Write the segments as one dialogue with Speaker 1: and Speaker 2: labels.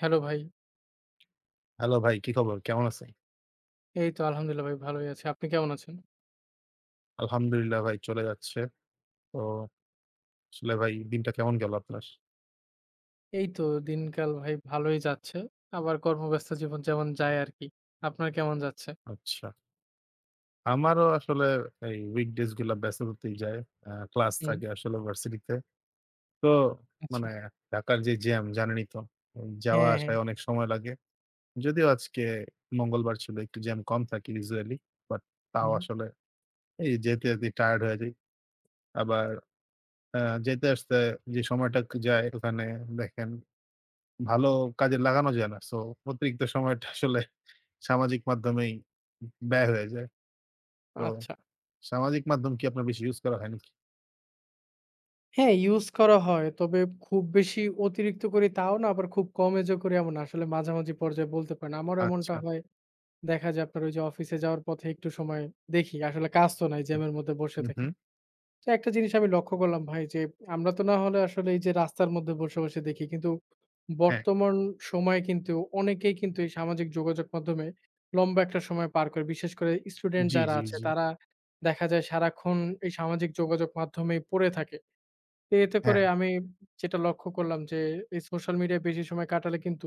Speaker 1: Hello ভাই।
Speaker 2: Hello ভাই, কি খবর? কেমন আছেন?
Speaker 1: এই তো আলহামদুলিল্লাহ ভাই ভালোই আছি। আপনি কেমন আছেন?
Speaker 2: আলহামদুলিল্লাহ ভাই চলে যাচ্ছে। তো আসলে ভাই দিনটা কেমন গেল আপনার?
Speaker 1: এই তো দিনকাল ভাই ভালোই যাচ্ছে। আবার কর্মব্যস্ত জীবন যেমন যায় আরকি। আপনার কেমন যাচ্ছে?
Speaker 2: আচ্ছা। আমারও আসলে এই weekdays গুলা ব্যস্ততাতেই যায়। ক্লাস
Speaker 1: হুম,
Speaker 2: থাকে আসলে ভার্সিটিতে। তো
Speaker 1: আচ্ছা।
Speaker 2: মানে ঢাকার যে জ্যাম জানেনই তো। এই যাওয়া
Speaker 1: হ্যাঁ, হ্যাঁ।
Speaker 2: আসায় অনেক সময় লাগে। যদিও আজকে মঙ্গলবার ছিল একটু জ্যাম কম থাকে usually, বাট তাও
Speaker 1: হুম,
Speaker 2: আসলে এই যেতেই টায়ার্ড হয়ে যাই। আবার আ যেতে আসতে যে সময়টা যায় ওখানে দেখেন ভালো কাজে লাগানো যায় না। সো অতিরিক্ত সময়টা আসলে সামাজিক মাধ্যমেই ব্যয় হয়ে যায়। তো
Speaker 1: আচ্ছা।
Speaker 2: সামাজিক মাধ্যম কি আপনার বেশি ইউজ করা হয় নাকি?
Speaker 1: হ্যাঁ, ইউজ করা হয়। তবে খুব বেশি অতিরিক্ত করি তাও না, আবার খুব কম এজও করি এমন না। আসলে মাঝামাঝি পর্যায়ে বলতে পারেন। আমারও এমনটা
Speaker 2: আচ্ছা।
Speaker 1: হয়। দেখা যায় আপনার ওই যে অফিসে যাওয়ার পথে একটু সময় দেখি। আসলে কাজ তো নাই জ্যামের মধ্যে বসে
Speaker 2: হুম,
Speaker 1: থাকি।
Speaker 2: হুম।
Speaker 1: তো একটা জিনিস আমি লক্ষ্য করলাম ভাই যে, আমরা তো না হলে আসলে এই যে রাস্তার মধ্যে বসে দেখি। কিন্তু
Speaker 2: হ্যাঁ।
Speaker 1: বর্তমান সময়ে কিন্তু অনেকেই কিন্তু এই সামাজিক যোগাযোগ মাধ্যমে লম্বা একটা সময় পার করে। বিশেষ করে স্টুডেন্ট
Speaker 2: জি,
Speaker 1: যারা
Speaker 2: জি,
Speaker 1: আছে
Speaker 2: জি।
Speaker 1: তারা দেখা যায় সারাক্ষণ এই সামাজিক যোগাযোগ মাধ্যমেই পড়ে থাকে। তো এতে
Speaker 2: হ্যাঁ।
Speaker 1: করে আমি যেটা লক্ষ্য করলাম যে এই সোশ্যাল মিডিয়ায় বেশি সময় কাটালে কিন্তু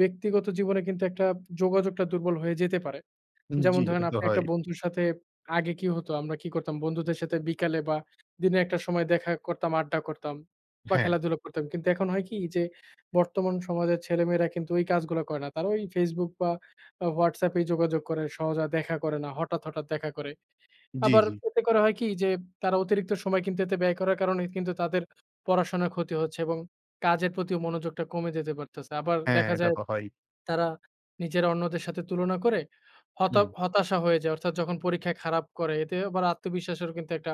Speaker 1: ব্যক্তিগত জীবনে কিন্তু একটা যোগাযোগটা দুর্বল হয়ে যেতে পারে। যেমন
Speaker 2: জি,
Speaker 1: ধরেন
Speaker 2: এটা তো
Speaker 1: আপনি একটা
Speaker 2: হয়।
Speaker 1: বন্ধুর সাথে আগে কি হতো আমরা কি করতাম বন্ধুদের সাথে বিকালে বা দিনে একটা সময় দেখা করতাম, আড্ডা করতাম বা
Speaker 2: হ্যাঁ।
Speaker 1: খেলাধুলা করতাম। কিন্তু এখন হয় কি যে বর্তমান সমাজের ছেলেমেয়েরা কিন্তু ওই কাজগুলো করে না। তারা ওই Facebook বা WhatsApp এই যোগাযোগ করে সহজে আর দেখা করে না। হঠাৎ দেখা করে।
Speaker 2: জি,
Speaker 1: আবার
Speaker 2: জি।
Speaker 1: এতে করে হয় কি যে তারা অতিরিক্ত সময় কিন্তু এতে ব্যয় করার কারণে কিন্তু তাদের পড়াশোনার ক্ষতি হচ্ছে এবং কাজের প্রতিও মনোযোগটা কমে যেতে পারতেছে। আবার
Speaker 2: হ্যাঁ,
Speaker 1: দেখা
Speaker 2: এটা
Speaker 1: যায়
Speaker 2: তো হয়।
Speaker 1: তারা নিজেরা অন্যদের সাথে তুলনা করে
Speaker 2: হুম।
Speaker 1: হতাশা হয়ে যায়। অর্থাৎ যখন পরীক্ষায় খারাপ করে এতে আবার আত্মবিশ্বাসেরও কিন্তু একটা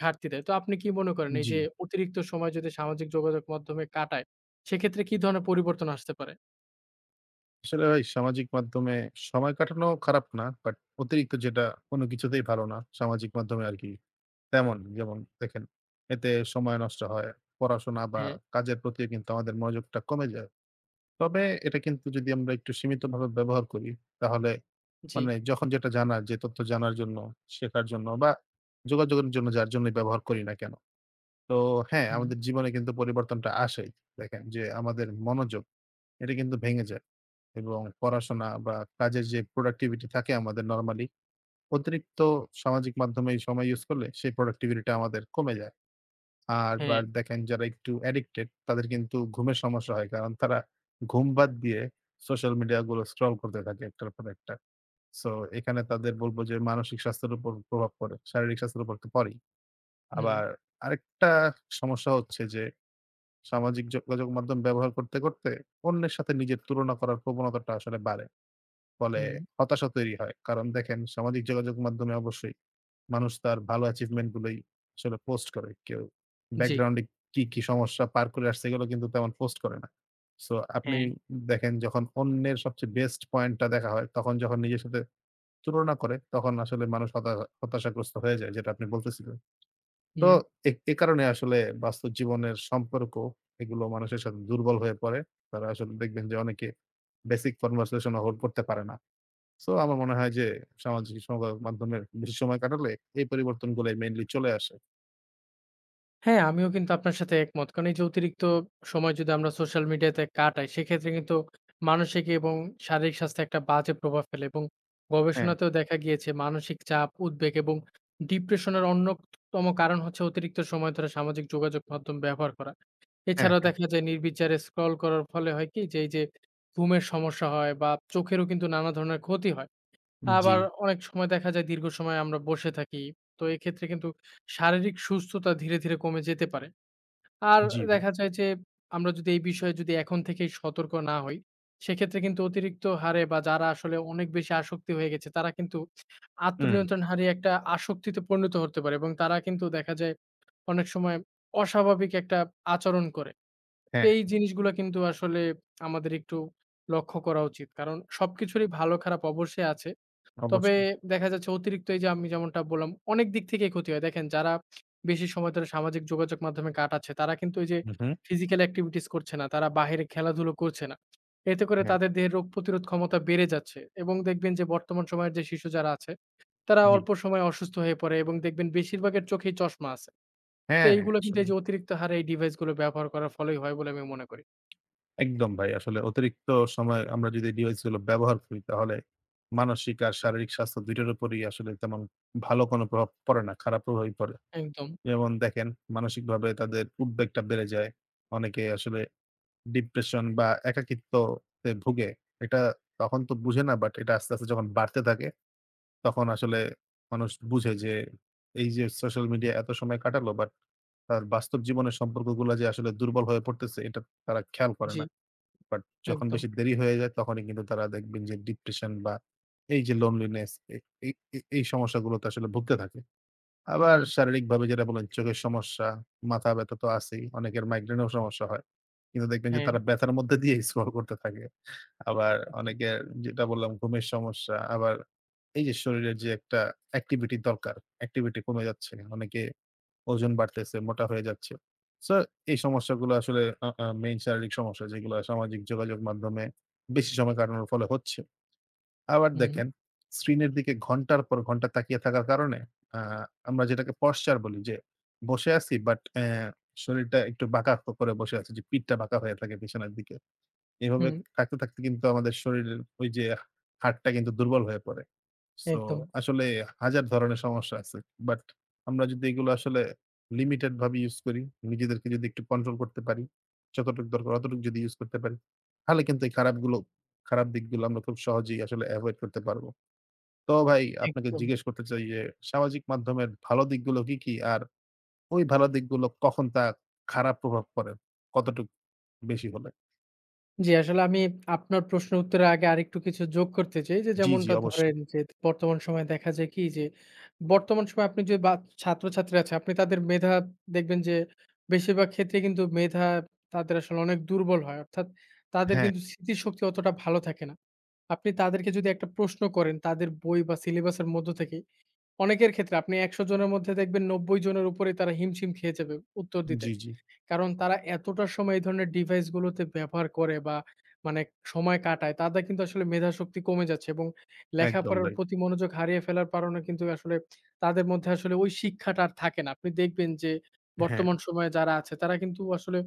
Speaker 1: ঘাটতি দেয়। তো আপনি কি মনে করেন এই
Speaker 2: জি।
Speaker 1: যে অতিরিক্ত সময় যদি সামাজিক যোগাযোগ মাধ্যমে কাটায়, সেক্ষেত্রে কি ধরনের পরিবর্তন আসতে পারে?
Speaker 2: আসলে ভাই সামাজিক মাধ্যমে সময় কাটানো খারাপ না। অতিরিক্ত যেটা কোনো কিছুতেই ভালো না। সামাজিক মাধ্যমে আরকি তেমন যেমন দেখেন এতে সময় নষ্ট হয়। পড়াশোনা বা
Speaker 1: হ্যাঁ,
Speaker 2: কাজের প্রতিও কিন্তু আমাদের মনোযোগটা কমে যায়। তবে এটা কিন্তু যদি আমরা একটু সীমিতভাবে ব্যবহার করি, তাহলে
Speaker 1: জি,
Speaker 2: মানে যখন যেটা জানার, যে তথ্য জানার জন্য, শেখার জন্য বা যোগাযোগের জন্য যার জন্যই ব্যবহার করি না কেন। তো হ্যাঁ,
Speaker 1: হুম,
Speaker 2: আমাদের জীবনে কিন্তু পরিবর্তনটা আসেই। দেখেন যে আমাদের মনোযোগ এটা কিন্তু ভেঙে যায় এবং পড়াশোনা বা কাজের যে প্রোডাক্টিভিটি থাকে আমাদের নরমালি, অতিরিক্ত সামাজিক মাধ্যমে এই সময় ইউজ করলে সেই প্রোডাক্টিভিটিটা আমাদের কমে যায়। আর
Speaker 1: হ্যাঁ,
Speaker 2: বার দেখেন যারা একটু অ্যাডিক্টেড তাদের কিন্তু ঘুমের সমস্যা হয়। কারণ তারা ঘুম বাদ দিয়ে সোশ্যাল মিডিয়া গুলো স্ক্রল করতে থাকে একটার পর একটা। সো এখানে তাদের বলব যে মানসিক স্বাস্থ্যের উপর প্রভাব পড়ে। শারীরিক স্বাস্থ্যের উপর তো পড়েই।
Speaker 1: হুম,
Speaker 2: আবার আরেকটা সমস্যা হচ্ছে যে সামাজিক যোগাযোগ মাধ্যম ব্যবহার করতে অন্যের সাথে নিজের তুলনা করার প্রবণতাটা আসলে বাড়ে। ফলে
Speaker 1: হুম,
Speaker 2: হতাশা তৈরি হয়। কারণ দেখেন সামাজিক যোগাযোগ মাধ্যমে অবশ্যই মানুষ তার ভালো অ্যাচিভমেন্ট গুলোই আসলে পোস্ট করে। কেউ
Speaker 1: জি,
Speaker 2: ব্যাকগ্রাউন্ডে কি সমস্যা পার করে আসছে এগুলো কিন্তু তেমন পোস্ট করে না। সো আপনি
Speaker 1: হ্যাঁ,
Speaker 2: দেখেন যখন অন্যের সবচেয়ে বেস্ট পয়েন্টটা দেখা হয়, তখন যখন নিজের সাথে তুলনা করে, তখন আসলে মানুষ হতাশাগ্রস্ত হয়ে যায় যেটা আপনি বলতেছিলেন। তো
Speaker 1: হুম।
Speaker 2: এ এ কারণে আসলে বাস্তব জীবনের সম্পর্ক এগুলো মানুষের সাথে দুর্বল হয়ে পড়ে। তারা আসলে দেখবেন যে অনেকে বেসিক কনভারসেশন ও হোল্ড করতে পারে না। সো আমার মনে হয় যে সামাজিক সংবাদ মাধ্যমের বেশি সময় কাটালে এই পরিবর্তনগুলাই মেইনলি চলে আসে।
Speaker 1: হ্যাঁ, আমিও কিন্তু আপনার সাথে একমত। কারণ এই যে অতিরিক্ত সময় যদি আমরা সোশ্যাল মিডিয়াতে কাটাই, সেক্ষেত্রে কিন্তু মানসিক এবং শারীরিক স্বাস্থ্যে একটা বাজে প্রভাব ফেলে এবং
Speaker 2: হ্যাঁ,
Speaker 1: গবেষণাতেও দেখা গিয়েছে মানসিক চাপ, উদ্বেগ এবং ডিপ্রেশনের অন্যতম কারণ হচ্ছে অতিরিক্ত সময় ধরে সামাজিক যোগাযোগ মাধ্যম ব্যবহার করা।
Speaker 2: হ্যাঁ,
Speaker 1: এছাড়াও
Speaker 2: হ্যাঁ।
Speaker 1: দেখা যায় নির্বিচারে স্ক্রল করার ফলে হয় কি যে এই যে ঘুমের সমস্যা হয় বা চোখেরও কিন্তু নানা ধরনের ক্ষতি হয়।
Speaker 2: জি,
Speaker 1: আবার অনেক সময় দেখা যায় দীর্ঘ সময় আমরা বসে থাকি। তো এক্ষেত্রে কিন্তু শারীরিক সুস্থতা ধীরে কমে যেতে পারে। আর
Speaker 2: জি ভাই।
Speaker 1: দেখা যায় যে আমরা যদি এই বিষয়ে যদি এখন থেকেই সতর্ক না হই, সেক্ষেত্রে কিন্তু অতিরিক্ত হারে বা যারা আসলে অনেক বেশি আসক্তি হয়ে গেছে, তারা কিন্তু
Speaker 2: হুম,
Speaker 1: আত্মনিয়ন্ত্রণ হারিয়ে একটা আসক্তিতে পরিণত হতে পারে এবং তারা কিন্তু দেখা যায় অনেক সময় অস্বাভাবিক একটা আচরণ করে। তো
Speaker 2: হ্যাঁ,
Speaker 1: এই জিনিসগুলা কিন্তু আসলে আমাদের একটু লক্ষ্য করা উচিত। কারণ সবকিছুরই ভালো খারাপ অবশ্যই আছে। তবে
Speaker 2: অবশ্যই।
Speaker 1: দেখা যাচ্ছে অতিরিক্ত এই যে আমি যেমনটা বললাম, অনেক দিক থেকেই ক্ষতি হয়। দেখেন যারা বেশি সময় ধরে সামাজিক যোগাযোগ মাধ্যমে কাটাচ্ছে, তারা কিন্তু এই যে
Speaker 2: হু, হু।
Speaker 1: ফিজিক্যাল এক্টিভিটিস করছে না, তারা বাহিরে খেলাধুলো করছে না। এতে করে
Speaker 2: হ্যাঁ,
Speaker 1: তাদের দেহের রোগ প্রতিরোধ ক্ষমতা বেড়ে যাচ্ছে এবং দেখবেন যে বর্তমান সময়ের যে শিশু যারা আছে, তারা
Speaker 2: জি।
Speaker 1: অল্প সময়ে অসুস্থ হয়ে পড়ে এবং দেখবেন বেশিরভাগের চোখেই চশমা আছে। তো
Speaker 2: হ্যাঁ,
Speaker 1: এইগুলো কিন্তু
Speaker 2: আসলে।
Speaker 1: এই যে অতিরিক্ত হারে এই ডিভাইস গুলো ব্যবহার করার ফলেই হয় বলে আমি মনে করি।
Speaker 2: একদম ভাই। আসলে অতিরিক্ত সময় আমরা যদি ডিভাইস গুলো ব্যবহার করি তাহলে মানসিক আর শারীরিক স্বাস্থ্য ২ টার উপরই আসলে তেমন ভালো কোনো প্রভাব পড়ে না, খারাপ প্রভাবই পড়ে।
Speaker 1: একদম।
Speaker 2: যেমন দেখেন মানসিকভাবে তাদের উদ্বেগটা বেড়ে যায়। অনেকে আসলে ডিপ্রেশন বা একাকিত্বতে ভুগে, এটা তখন তো বুঝে না, এটা আস্তে যখন বাড়তে থাকে তখন আসলে মানুষ বুঝে যে এই যে সোশ্যাল মিডিয়া এত সময় কাটালো, তার বাস্তব জীবনের সম্পর্কগুলা যে আসলে দুর্বল হয়ে পড়তেছে এটা তারা খেয়াল করে
Speaker 1: জি,
Speaker 2: না। বাট যখন
Speaker 1: একদম।
Speaker 2: বেশি দেরি হয়ে যায় তখনই কিন্তু তারা দেখবেন যে ডিপ্রেশন বা এই যে লোনলিনেস, এ এই এই এই সমস্যাগুলোতে আসলে ভুগতে থাকে। আবার
Speaker 1: হুম,
Speaker 2: শারীরিকভাবে যেটা বললেন চোখের সমস্যা, মাথা ব্যথা তো আছেই, অনেকের মাইগ্রেনের সমস্যা হয়। কিন্তু দেখবেন যে
Speaker 1: হ্যাঁ,
Speaker 2: তারা ব্যথার মধ্যে দিয়ে স্ক্রল করতে থাকে। আবার
Speaker 1: জি।
Speaker 2: অনেকের যেটা বললাম ঘুমের সমস্যা, আবার এই যে শরীরের যে একটা অ্যাক্টিভিটি দরকার, অ্যাক্টিভিটি কমে যাচ্ছে। অনেকে ওজন বাড়তেছে, মোটা হয়ে যাচ্ছে। সো এই সমস্যাগুলো আসলে আ আ মেইন শারীরিক সমস্যা যেগুলো সামাজিক যোগাযোগ মাধ্যমে বেশি সময় কাটানোর ফলে হচ্ছে। আবার
Speaker 1: হুম,
Speaker 2: দেখেন, স্ক্রিনের দিকে ঘন্টার পর ঘন্টা তাকিয়ে থাকার কারণে আ আমরা যেটাকে পশ্চার বলি, যে বসে আছি বাট অ্যা শরীরটা একটু বাঁকা করে বসে আছি, যে পিঠটা বাঁকা হয়ে থাকে বিছানার দিকে। এভাবে
Speaker 1: হুম,
Speaker 2: থাকতে কিন্তু আমাদের শরীরের ওই যে হাড়টা কিন্তু দুর্বল হয়ে পড়ে। সো
Speaker 1: একদম,
Speaker 2: আসলে হাজার ধরনের সমস্যা আছে। বাট আমরা যদি এগুলো আসলে লিমিটেড ভাবে ইউজ করি, নিজেদেরকে যদি একটু কন্ট্রোল করতে পারি, যতটুকু দরকার অতটুকু যদি ইউজ করতে পারি, তাহলে কিন্তু এই খারাপ দিকগুলো আমরা খুব সহজেই আসলে এভয়েড করতে পারবো। তো ভাই আপনাকে
Speaker 1: একদম।
Speaker 2: জিজ্ঞেস করতে চাই যে সামাজিক মাধ্যমের ভালো দিকগুলো কি? আর ওই ভালো দিকগুলো কখন খারাপ প্রভাব পড়ে? কতটুক বেশি হলে?
Speaker 1: জি, আসলে আমি আপনার প্রশ্নের উত্তরের আগে আরেকটু কিছু যোগ করতে চাই যে,
Speaker 2: জি, জি
Speaker 1: যেমনটা হুম।
Speaker 2: অবশ্যই।
Speaker 1: ধরেন যে, বর্তমান সময়ে দেখা যায় কি যে, বর্তমান সময়ে আপনি যে, বা ছাত্রছাত্রী আছে আপনি তাদের মেধা দেখবেন যে, বেশিরভাগ ক্ষেত্রে কিন্তু মেধা তাদের আসলে অনেক দুর্বল হয়। অর্থাৎ তাদের
Speaker 2: হ্যাঁ,
Speaker 1: কিন্তু স্মৃতিশক্তি অতটা ভালো থাকে না। আপনি তাদেরকে যদি একটা প্রশ্ন করেন তাদের বই বা সিলেবাসের মধ্য থেকে, অনেকের ক্ষেত্রে আপনি 100 জনের মধ্যে দেখবেন 90 জনের উপরে তারা হিমশিম খেয়ে যাবে উত্তর দিতে।
Speaker 2: জি, জি।
Speaker 1: কারণ তারা এতটা সময় এই ধরনের ডিভাইস গুলোতে ব্যবহার করে বা মানে সময় কাটায়, তাদের কিন্তু আসলে মেধাশক্তি কমে যাচ্ছে এবং
Speaker 2: একদম
Speaker 1: লেখাপড়ার
Speaker 2: ভাই।
Speaker 1: প্রতি মনোযোগ হারিয়ে ফেলার কারণে কিন্তু আসলে তাদের মধ্যে আসলে ওই শিক্ষাটা আর থাকে না। আপনি দেখবেন যে
Speaker 2: হ্যাঁ,
Speaker 1: বর্তমান সময়ে যারা আছে তারা কিন্তু আসলে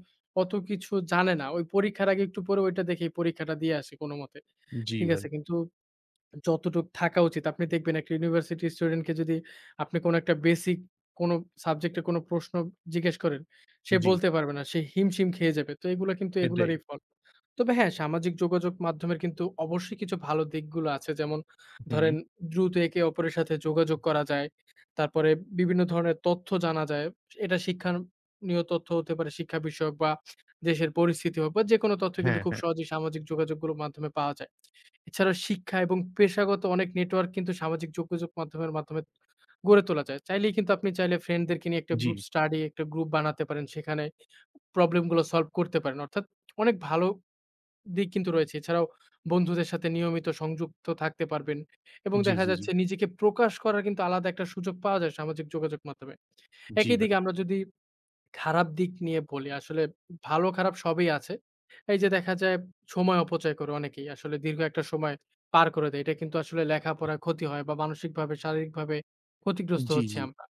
Speaker 1: অত কিছু জানে না। ওই পরীক্ষার আগে একটু পরে ওইটা দেখেই পরীক্ষাটা দিয়ে আসে কোনমতে।
Speaker 2: জি
Speaker 1: ঠিক
Speaker 2: ভাই।
Speaker 1: আছে? কিন্তু যতটুক থাকা উচিত। আপনি দেখবেন একটা ইউনিভার্সিটি স্টুডেন্টকে যদি আপনি কোনো একটা বেসিক কোনো সাবজেক্টে কোনো প্রশ্ন জিজ্ঞেস করেন, সে
Speaker 2: জি,
Speaker 1: বলতে পারবে না। সে হিমশিম খেয়ে যাবে। তো এগুলা কিন্তু
Speaker 2: এটাই।
Speaker 1: এগুলারই ফল। তবে হ্যাঁ, সামাজিক যোগাযোগ মাধ্যমের কিন্তু অবশ্যই কিছু ভালো দিকগুলো আছে। যেমন
Speaker 2: হুম,
Speaker 1: ধরেন দ্রুত একে অপরের সাথে যোগাযোগ করা যায়। তারপরে বিভিন্ন ধরনের তথ্য জানা যায়। এটা শিক্ষানীয় তথ্য হতে পারে, শিক্ষা বিষয়ক বা দেশের পরিস্থিতি হোক বা যেকোনো তথ্য কিন্তু
Speaker 2: হ্যাঁ,
Speaker 1: খুব
Speaker 2: হ্যাঁ।
Speaker 1: সহজেই সামাজিক যোগাযোগগুলোর মাধ্যমে পাওয়া যায়। এছাড়াও শিক্ষা এবং পেশাগত অনেক নেটওয়ার্ক কিন্তু সামাজিক যোগাযোগ মাধ্যমের মাধ্যমে গড়ে তোলা যায়। চাইলেই কিন্তু আপনি চাইলে ফ্রেন্ডদেরকে নিয়ে একটা
Speaker 2: জি,
Speaker 1: গ্রুপ স্টাডি, একটা গ্রুপ বানাতে পারেন। সেখানে প্রবলেম গুলো সলভ করতে পারেন। অর্থাৎ অনেক ভালো দিক কিন্তু রয়েছে। এছাড়াও বন্ধুদের সাথে নিয়মিত সংযুক্ত থাকতে পারবেন এবং
Speaker 2: জি,
Speaker 1: দেখা
Speaker 2: জি, জি,
Speaker 1: যাচ্ছে নিজেকে প্রকাশ করার কিন্তু আলাদা একটা সুযোগ পাওয়া যায় সামাজিক যোগাযোগ মাধ্যমে।
Speaker 2: জি
Speaker 1: একই
Speaker 2: ভাই।
Speaker 1: দিকে আমরা যদি খারাপ দিক নিয়ে বলি, আসলে ভালো খারাপ সবই আছে। এই যে দেখা যায় সময় অপচয় করে অনেকেই। আসলে দীর্ঘ একটা সময় পার করে দেয়। এটা কিন্তু আসলে লেখাপড়ার ক্ষতি হয় বা মানসিকভাবে, শারীরিকভাবে ক্ষতিগ্রস্ত
Speaker 2: জি,
Speaker 1: হচ্ছি
Speaker 2: জি।
Speaker 1: আমরা।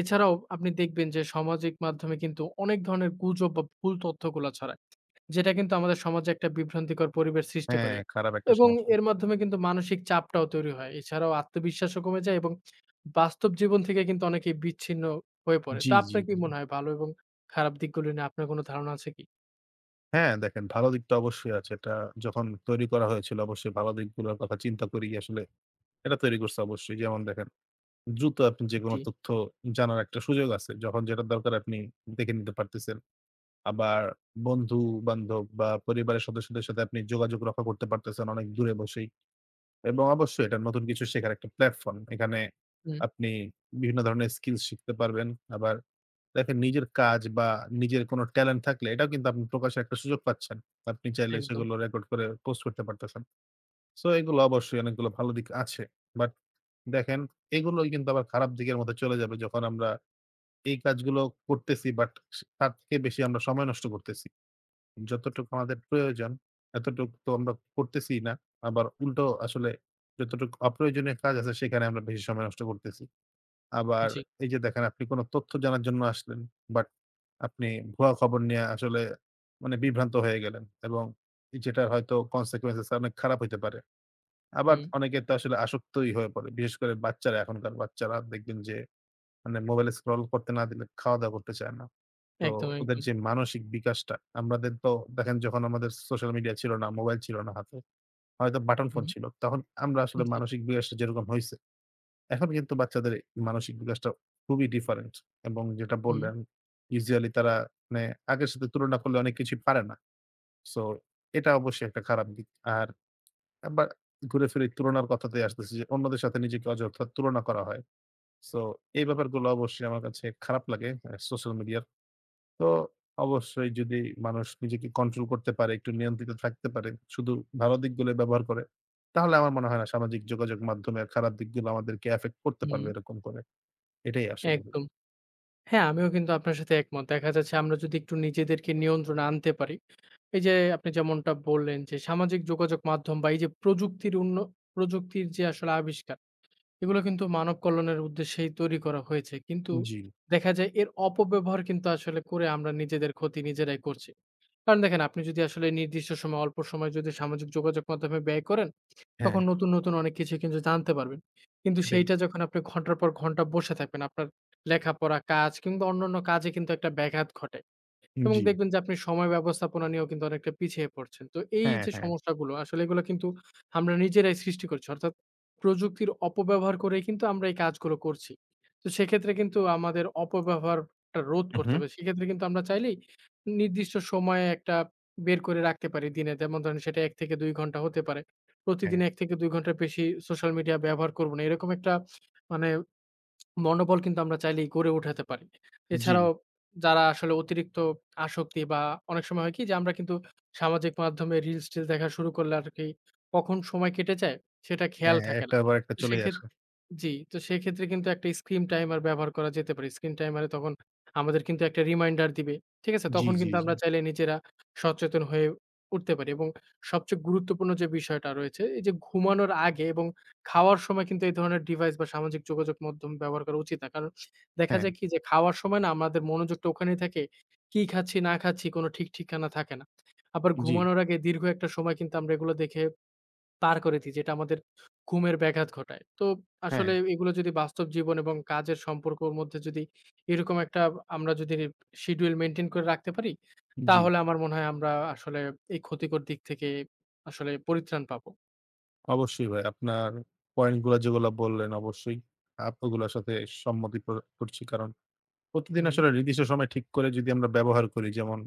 Speaker 1: এছাড়াও আপনি দেখবেন যে সামাজিক মাধ্যমে কিন্তু অনেক ধরনের গুজব বা ভুল তথ্যগুলা ছড়ায়। যেটা কিন্তু আমাদের সমাজে একটা বিভ্রান্তিকর পরিবেশ সৃষ্টি
Speaker 2: হ্যাঁ,
Speaker 1: করে
Speaker 2: খারাপ একটা
Speaker 1: এবং
Speaker 2: সমস্যা।
Speaker 1: এর মাধ্যমে কিন্তু মানসিক চাপটাও তৈরি হয়। এছাড়াও আত্মবিশ্বাসও কমে যায় এবং বাস্তব জীবন থেকে কিন্তু অনেকেই বিচ্ছিন্ন হয়ে পড়ে।
Speaker 2: জি,
Speaker 1: তো
Speaker 2: জি,
Speaker 1: আপনার কি
Speaker 2: জি।
Speaker 1: মনে হয় ভালো এবং খারাপ দিকগুলো নিয়ে আপনার কোনো ধারণা আছে কি?
Speaker 2: হ্যাঁ, দেখেন ভালো দিকটা অবশ্যই আছে। এটা যখন তৈরি করা হয়েছিল অবশ্যই ভালো দিকগুলোর কথা চিন্তা করেই আসলে এটা তৈরি করছে অবশ্যই। যেমন দেখেন দ্রুত আপনি যেকোনো
Speaker 1: জি,
Speaker 2: তথ্য জানার একটা সুযোগ আছে। যখন যেটা দরকার আপনি দেখে নিতে পারতেছেন। আবার বন্ধু-বান্ধব বা পরিবারের সদস্যদের সাথে আপনি যোগাযোগ রক্ষা করতে পারতেছেন অনেক দূরে বসেই। এবং অবশ্যই এটা নতুন কিছু শেখার একটা প্ল্যাটফর্ম। এখানে
Speaker 1: হুম,
Speaker 2: আপনি বিভিন্ন ধরনের স্কিল শিখতে পারবেন। আবার দেখেন নিজের কাজ বা নিজের কোনো ট্যালেন্ট থাকলে এটাও কিন্তু আপনি প্রকাশের একটা সুযোগ পাচ্ছেন। আপনি চাইলে
Speaker 1: একদম।
Speaker 2: সেগুলো রেকর্ড করে পোস্ট করতে পারতেছেন। সো এগুলো অবশ্যই অনেকগুলো ভালো দিক আছে। বাট দেখেন এগুলোই কিন্তু আবার খারাপ দিকের মধ্যে চলে যাবে যখন আমরা এই কাজগুলো করতেছি, বাট তার থেকে বেশি আমরা সময় নষ্ট করতেছি। যতটুকু আমাদের প্রয়োজন এতটুকু তো আমরা করতেছিই না। আবার উল্টো আসলে যতটুকু অপ্রয়োজনীয় কাজ আছে সেখানে আমরা বেশি সময় নষ্ট করতেছি। আবার
Speaker 1: জি,
Speaker 2: এই যে দেখেন আপনি কোন তথ্য জানার জন্য আসলেন, বাট আপনি ভুয়া খবর নিয়ে আসলে মানে বিভ্রান্ত হয়ে গেলেন এবং যেটার হয়তো consequences অনেক খারাপ হইতে পারে। আবার
Speaker 1: হুম,
Speaker 2: অনেকে তো আসলে আসক্তই হয়ে পড়ে। বিশেষ করে বাচ্চারা, এখনকার বাচ্চারা দেখবেন যে মানে মোবাইলে স্ক্রল করতে না দিলে খাওয়া-দাওয়া করতে চায় না। তো
Speaker 1: একদম,
Speaker 2: ওদের
Speaker 1: একদম।
Speaker 2: যে মানসিক বিকাশটা, আমাদের তো দেখেন যখন আমাদের সোশ্যাল মিডিয়া ছিল না, মোবাইল ছিল না হাতে, হয়তো বাটন ফোন
Speaker 1: হুম,
Speaker 2: ছিল। তখন আমরা আসলে
Speaker 1: জি,
Speaker 2: মানসিক বিকাশটা যেরকম হইছে, এখন কিন্তু বাচ্চাদের মানসিক বিকাশটা খুবই ডিফারেন্ট এবং যেটা
Speaker 1: হুম,
Speaker 2: বললেন ইউজুয়ালি তারা মানে আগের সাথে তুলনা করলে অনেক কিছুই পারে না। সো এটা অবশ্যই একটা খারাপ দিক। আর আবার ঘুরে ফিরে তুলনার কথাতেই আসতেছি যে অন্যদের সাথে নিজেকে অযথা তুলনা করা হয়। সো এই ব্যাপারগুলো অবশ্যই আমার কাছে খারাপ লাগে সোশ্যাল মিডিয়ার। তো অবশ্যই যদি মানুষ নিজেকে কন্ট্রোল করতে পারে, একটু নিয়ন্ত্রিত থাকতে পারে, শুধু ভালো দিকগুলো ব্যবহার করে, তাহলে আমার মনে হয় না সামাজিক যোগাযোগ মাধ্যমের খারাপ দিকগুলো আমাদেরকে এফেক্ট করতে
Speaker 1: হুম,
Speaker 2: পারবে এরকম করে। এটাই আসলে।
Speaker 1: একদম। হ্যাঁ, আমিও কিন্তু আপনার সাথে একমত। দেখা যাচ্ছে আমরা যদি একটু নিজেদেরকে নিয়ন্ত্রণে আনতে পারি এই যে আপনি যেমনটা বললেন যে সামাজিক যোগাযোগ মাধ্যম বা এই যে প্রযুক্তির প্রযুক্তির যে আসলে আবিষ্কার এগুলো কিন্তু মানব কল্যাণের উদ্দেশ্যেই তৈরি করা হয়েছে। কিন্তু
Speaker 2: জি।
Speaker 1: দেখা যায় এর অপব্যবহার কিন্তু আসলে করে আমরা নিজেদের ক্ষতি নিজেরাই করছি। কারণ দেখেন আপনি যদি আসলে নির্দিষ্ট সময় অল্প সময় যদি সামাজিক যোগাযোগ মাধ্যমে ব্যয় করেন,
Speaker 2: হ্যাঁ,
Speaker 1: তখন নতুন অনেক কিছু কিন্তু জানতে পারবেন। কিন্তু
Speaker 2: এটাই।
Speaker 1: সেইটা যখন আপনি ঘন্টার পর ঘন্টা বসে থাকবেন, আপনার লেখাপড়া, কাজ কিংবা অন্যান্য কাজে কিন্তু একটা ব্যাঘাত ঘটে। এবং
Speaker 2: জি।
Speaker 1: দেখবেন যে আপনি সময় ব্যবস্থাপনা নিয়েও কিন্তু অনেকটা পিছিয়ে পড়ছেন। তো এই
Speaker 2: হ্যাঁ,
Speaker 1: যে
Speaker 2: হ্যাঁ।
Speaker 1: সমস্যাগুলো আসলে এগুলো কিন্তু আমরা নিজেরাই সৃষ্টি করছি। অর্থাৎ প্রযুক্তির অপব্যবহার করেই কিন্তু আমরা এই কাজগুলো করছি। তো সেক্ষেত্রে কিন্তু আমাদের অপব্যবহারটা রোধ
Speaker 2: হুম,
Speaker 1: করতে
Speaker 2: হুম।
Speaker 1: হবে। সেক্ষেত্রে কিন্তু আমরা চাইলেই নির্দিষ্ট সময়ে একটা বের করে রাখতে পারি দিনে। যেমন ধরেন সেটা 1 থেকে 2 ঘন্টা হতে পারে।
Speaker 2: হ্যাঁ,
Speaker 1: প্রতিদিন 1 থেকে 2 ঘন্টার বেশি সোশ্যাল মিডিয়া ব্যবহার করব না। এরকম একটা মানে মনোবল কিন্তু আমরা চাইলেই গড়ে উঠাতে পারি।
Speaker 2: জি।
Speaker 1: এছাড়াও যারা আসলে অতিরিক্ত আসক্তি বা অনেক সময় হয় কি যে আমরা কিন্তু সামাজিক মাধ্যমে রিলস-টিলস দেখা শুরু করলে আরকি কখন সময় কেটে যায় সেটা খেয়াল
Speaker 2: হ্যাঁ,
Speaker 1: থাকে
Speaker 2: একটা
Speaker 1: না।
Speaker 2: আবার একটা
Speaker 1: তো
Speaker 2: চলেই আসে।
Speaker 1: সেক্ষেত্রে জি, তো সেক্ষেত্রে কিন্তু একটা স্ক্রিন টাইমার ব্যবহার করা যেতে পারে। স্ক্রিন টাইমারে তখন আমাদের কিন্তু একটা রিমাইন্ডার দিবে। ঠিক আছে?
Speaker 2: জি,
Speaker 1: তখন
Speaker 2: জি,
Speaker 1: কিন্তু
Speaker 2: জি।
Speaker 1: আমরা চাইলে নিজেরা সচেতন হয়ে উঠতে পারি এবং সবচেয়ে গুরুত্বপূর্ণ যে বিষয়টা রয়েছে, এই যে ঘুমানোর আগে এবং খাওয়ার সময় কিন্তু এই ধরনের ডিভাইস বা সামাজিক যোগাযোগ মাধ্যম ব্যবহার করা উচিত না। কারণ দেখা
Speaker 2: হ্যাঁ,
Speaker 1: যায় কি যে খাওয়ার সময় না আমাদের মনোযোগটা ওখানেই থাকে। কি খাচ্ছি না খাচ্ছি কোনো ঠিক ঠিকানা থাকে না। আবার
Speaker 2: জি,
Speaker 1: ঘুমানোর আগে দীর্ঘ একটা সময় কিন্তু আমরা এগুলো দেখে পার করে দিই যেটা আমাদের ঘুমের ব্যাঘাত ঘটায়। তো
Speaker 2: হ্যাঁ,
Speaker 1: আসলে এগুলো যদি বাস্তব জীবন এবং কাজের সম্পর্কর মধ্যে যদি এরকম একটা আমরা যদি শিডিউল মেইনটেইন করে রাখতে পারি,
Speaker 2: জি।
Speaker 1: তাহলে আমার মনে হয় আমরা আসলে এই ক্ষতিকর দিক থেকে আসলে পরিত্রাণ পাবো।
Speaker 2: অবশ্যই ভাই আপনার পয়েন্ট গুলা যেগুলা বললেন অবশ্যই ওগুলার সাথে সম্মতি করছি। কারণ প্রতিদিন
Speaker 1: হুম,
Speaker 2: আসলে নির্দিষ্ট সময় ঠিক করে যদি আমরা ব্যবহার করি, যেমন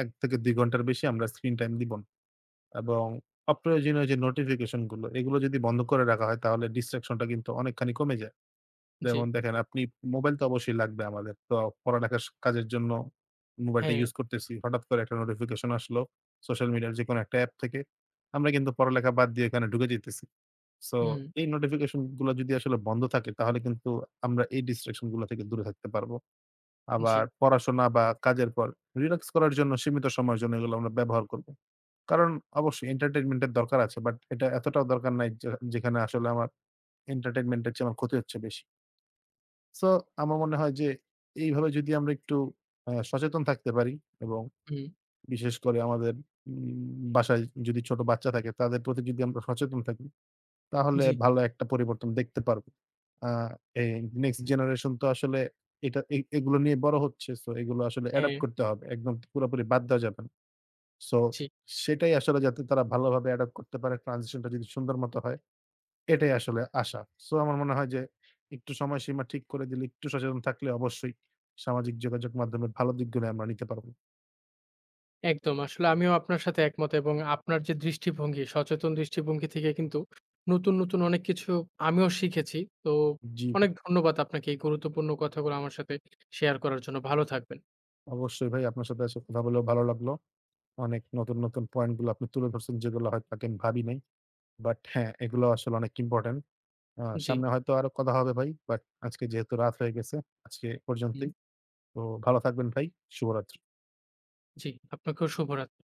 Speaker 2: ১ থেকে ২ ঘন্টার বেশি আমরা স্ক্রিন টাইম দিব না। এবং অপ্রয়োজনীয় যে নোটিফিকেশন গুলো এগুলো যদি বন্ধ করে রাখা হয় তাহলে ডিসট্রাকশন টা কিন্তু অনেকখানি কমে যায়।
Speaker 1: জি,
Speaker 2: যেমন দেখেন আপনি মোবাইল তো অবশ্যই লাগবে আমাদের। তো পড়ালেখার কাজের জন্য মোবাইলটা
Speaker 1: হ্যাঁ,
Speaker 2: ইউজ করতেছি। হঠাৎ করে একটা নোটিফিকেশন আসলো সোশ্যাল মিডিয়ার যেকোনো একটা অ্যাপ থেকে। আমরা কিন্তু পড়ালেখা বাদ দিয়ে এখানে ঢুকে যাইতেছি। সো
Speaker 1: হুম,
Speaker 2: এই নোটিফিকেশন গুলা যদি আসলে বন্ধ থাকে তাহলে কিন্তু আমরা এই ডিস্ট্রাকশন গুলা থেকে দূরে থাকতে পারবো।
Speaker 1: জি,
Speaker 2: আবার পড়াশোনা বা কাজের পর রিল্যাক্স করার জন্য সীমিত সময়ের জন্য এগুলো আমরা ব্যবহার করব। কারণ অবশ্যই এন্টারটেইনমেন্ট এর দরকার আছে। এটা এতটাও দরকার নাই, যে যেখানে আসলে আমার এন্টারটেইনমেন্ট এর চেয়ে আমার ক্ষতি হচ্ছে বেশি। সো আমার মনে হয় যে এইভাবে যদি আমরা একটু সচেতন থাকতে পারি এবং
Speaker 1: হুম,
Speaker 2: বিশেষ করে আমাদের বাসায় যদি ছোট বাচ্চা থাকে, তাদের প্রতি যদি আমরা সচেতন থাকি তাহলে
Speaker 1: জি,
Speaker 2: ভালো একটা পরিবর্তন দেখতে পারবো। আ এই নেক্সট জেনারেশন তো আসলে এটা এ এগুলো নিয়ে বড় হচ্ছে। সো এগুলো আসলে
Speaker 1: হ্যাঁ,
Speaker 2: অ্যাডপ্ট করতে হবে। একদম পুরোপুরি বাদ দেওয়া যাবে না। সো
Speaker 1: জি।
Speaker 2: সেটাই আসলে, যাতে তারা ভালোভাবে অ্যাডপ্ট করতে পারে, ট্রান্সিশন টা যদি সুন্দর মত হয় এটাই আসলে আশা। সো আমার মনে হয় যে একটু সময়সীমা ঠিক করে দিলে, একটু সচেতন থাকলে অবশ্যই সামাজিক যোগাযোগ মাধ্যমের ভালো দিকগুলো আমরা নিতে পারব।
Speaker 1: একদম। আসলে আমিও আপনার সাথে একমত এবং আপনার যে দৃষ্টিভঙ্গি, সচেতন দৃষ্টিভঙ্গি থেকে কিন্তু নতুন অনেক কিছু আমিও শিখেছি। তো
Speaker 2: জি,
Speaker 1: অনেক ধন্যবাদ আপনাকে এই গুরুত্বপূর্ণ কথাগুলো আমার সাথে শেয়ার করার জন্য। ভালো থাকবেন।
Speaker 2: অবশ্যই ভাই আপনার সাথে আজকে কথা বলেও ভালো লাগলো। অনেক নতুন, নতুন পয়েন্ট গুলো আপনি তুলে ধরছেন যেগুলো হয়তো আগে আমি ভাবি নাই। হ্যাঁ, এগুলো আসলে অনেক ইম্পোর্টেন্ট।
Speaker 1: জি,
Speaker 2: সামনে হয়তো আরো কথা হবে ভাই। আজকে যেহেতু রাত হয়ে গেছে, আজকে এ
Speaker 1: হুম।
Speaker 2: পর্যন্তই। তো ভালো থাকবেন ভাই। শুভরাত্রি।
Speaker 1: জি। আপনাকেও শুভরাত্রি।